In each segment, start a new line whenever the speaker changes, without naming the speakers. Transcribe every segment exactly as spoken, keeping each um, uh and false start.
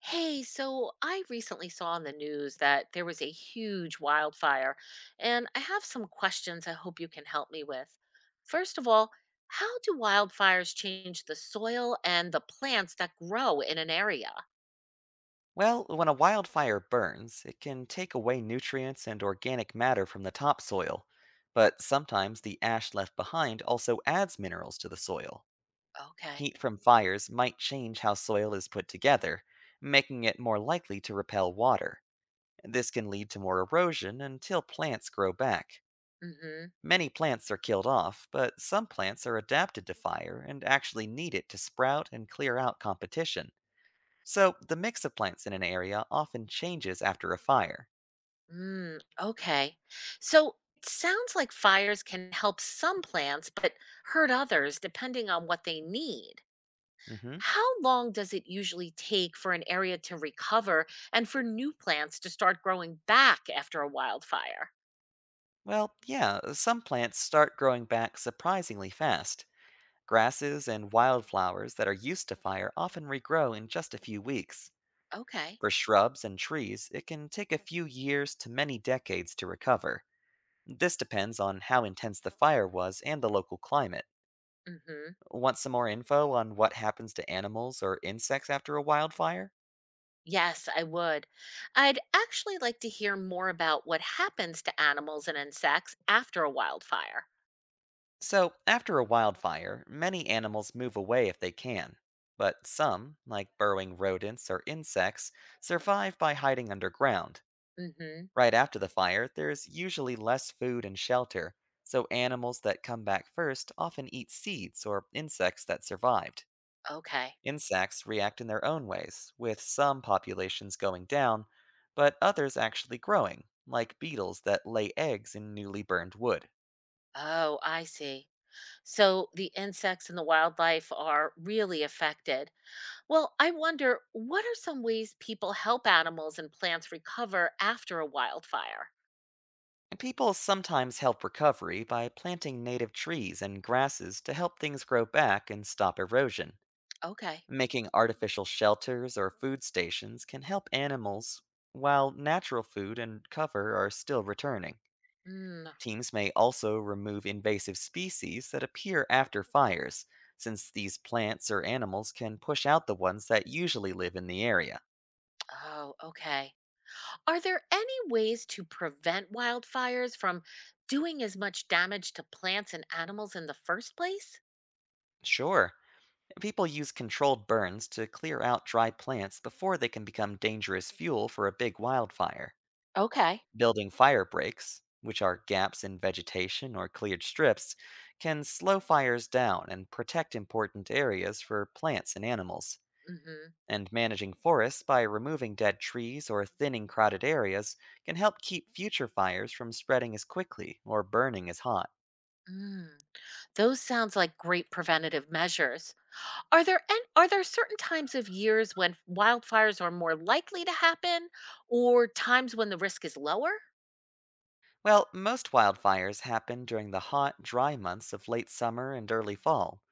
Hey, so I recently saw on the news that there was a huge wildfire, and I have some questions I hope you can help me with. First of all, how do wildfires change the soil and the plants that grow in an area?
Well, when a wildfire burns, it can take away nutrients and organic matter from the topsoil, but sometimes the ash left behind also adds minerals to the soil.
Okay.
Heat from fires might change how soil is put together, making it more likely to repel water. This can lead to more erosion until plants grow back.
Mm-hmm.
Many plants are killed off, but some plants are adapted to fire and actually need it to sprout and clear out competition. So, the mix of plants in an area often changes after a fire.
Mm, okay. So it sounds like fires can help some plants, but hurt others depending on what they need.
Hmm.
How long does it usually take for an area to recover and for new plants to start growing back after a wildfire?
Well, yeah, some plants start growing back surprisingly fast. Grasses and wildflowers that are used to fire often regrow in just a few weeks.
Okay.
For shrubs and trees, it can take a few years to many decades to recover. This depends on how intense the fire was and the local climate.
Mhm.
Want some more info on what happens to animals or insects after a wildfire?
Yes, I would. I'd actually like to hear more about what happens to animals and insects after a wildfire.
So, after a wildfire, many animals move away if they can. But some, like burrowing rodents or insects, survive by hiding underground.
Mhm.
Right after the fire, there's usually less food and shelter, so animals that come back first often eat seeds or insects that survived.
Okay.
Insects react in their own ways, with some populations going down, but others actually growing, like beetles that lay eggs in newly burned wood.
Oh, I see. So the insects and the wildlife are really affected. Well, I wonder what are some ways people help animals and plants recover after a wildfire?
People sometimes help recovery by planting native trees and grasses to help things grow back and stop erosion.
Okay.
Making artificial shelters or food stations can help animals, while natural food and cover are still returning.
Mm,
Teams may also remove invasive species that appear after fires, since these plants or animals can push out the ones that usually live in the area.
oh, okay. Are there any ways to prevent wildfires from doing as much damage to plants and animals in the first place?
Sure. People use controlled burns to clear out dry plants before they can become dangerous fuel for a big wildfire.
Okay.
Building fire breaks, which are gaps in vegetation or cleared strips, can slow fires down and protect important areas for plants and animals.
Mm-hmm.
And managing forests by removing dead trees or thinning crowded areas can help keep future fires from spreading as quickly or burning as hot.
Mm. Those sounds like great preventative measures. Are there an are there certain times of years when wildfires are more likely to happen, or times when the risk is lower?
Well, most wildfires happen during the hot, dry months of late summer and early fall.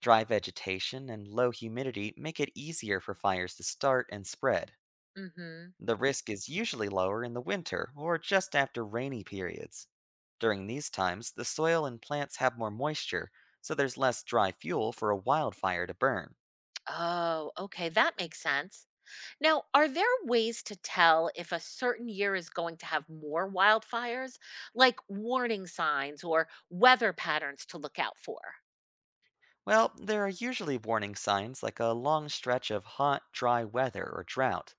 Dry vegetation and low humidity make it easier for fires to start and spread.
Mm-hmm.
The risk is usually lower in the winter or just after rainy periods. During these times, the soil and plants have more moisture, so there's less dry fuel for a wildfire to burn.
Oh, okay, that makes sense. Now, are there ways to tell if a certain year is going to have more wildfires, like warning signs or weather patterns to look out for?
Well, there are usually warning signs like a long stretch of hot, dry weather or drought.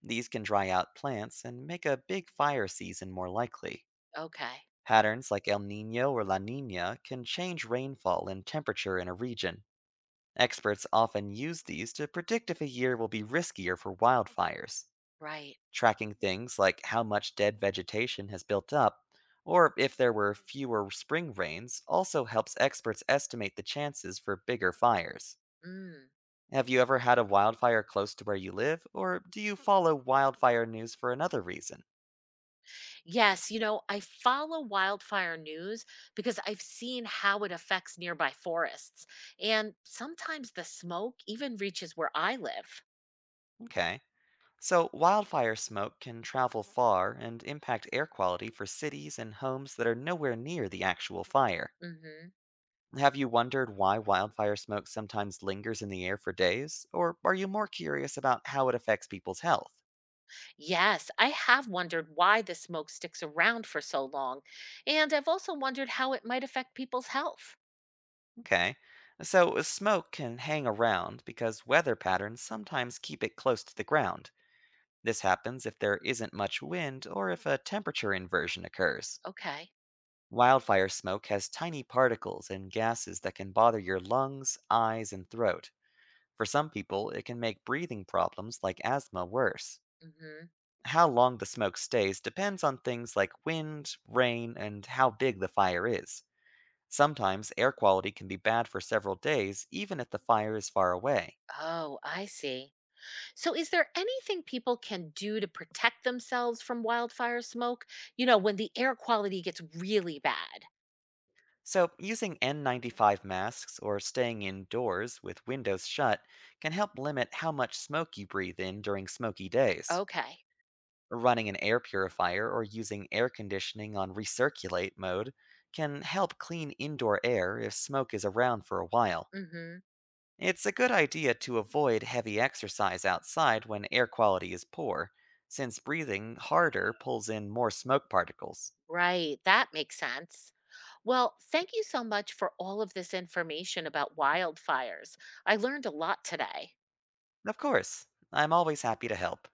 These can dry out plants and make a big fire season more likely.
Okay,
Patterns like El Nino or La Nina can change rainfall and temperature in a region. Experts often use these to predict if a year will be riskier for wildfires,
right.
tracking things like how much dead vegetation has built up. Or if there were fewer spring rains, also helps experts estimate the chances for bigger fires.
Mm.
Have you ever had a wildfire close to where you live, or do you follow wildfire news for another reason?
Yes, you know, I follow wildfire news because I've seen how it affects nearby forests. And sometimes the smoke even reaches where I live.
Okay. So, wildfire smoke can travel far and impact air quality for cities and homes that are nowhere near the actual fire.
Hmm.
Have you wondered why wildfire smoke sometimes lingers in the air for days? Or are you more curious about how it affects people's health?
Yes, I have wondered why the smoke sticks around for so long. And I've also wondered how it might affect people's health.
Okay. So, uh, smoke can hang around because weather patterns sometimes keep it close to the ground. This happens if there isn't much wind or if a temperature inversion occurs.
Okay.
Wildfire smoke has tiny particles and gases that can bother your lungs, eyes, and throat. For some people, it can make breathing problems like asthma worse.
Hmm.
How long the smoke stays depends on things like wind, rain, and how big the fire is. Sometimes air quality can be bad for several days, even if the fire is far away.
Oh, I see. So, is there anything people can do to protect themselves from wildfire smoke, You know, when the air quality gets really bad?
So, using N ninety-five masks or staying indoors with windows shut can help limit how much smoke you breathe in during smoky days.
Okay.
Running an air purifier or using air conditioning on recirculate mode can help clean indoor air if smoke is around for a while.
Hmm.
It's a good idea to avoid heavy exercise outside when air quality is poor, since breathing harder pulls in more smoke particles.
Right. That makes sense. Well, thank you so much for all of this information about wildfires. I learned a lot today.
Of course, I'm always happy to help.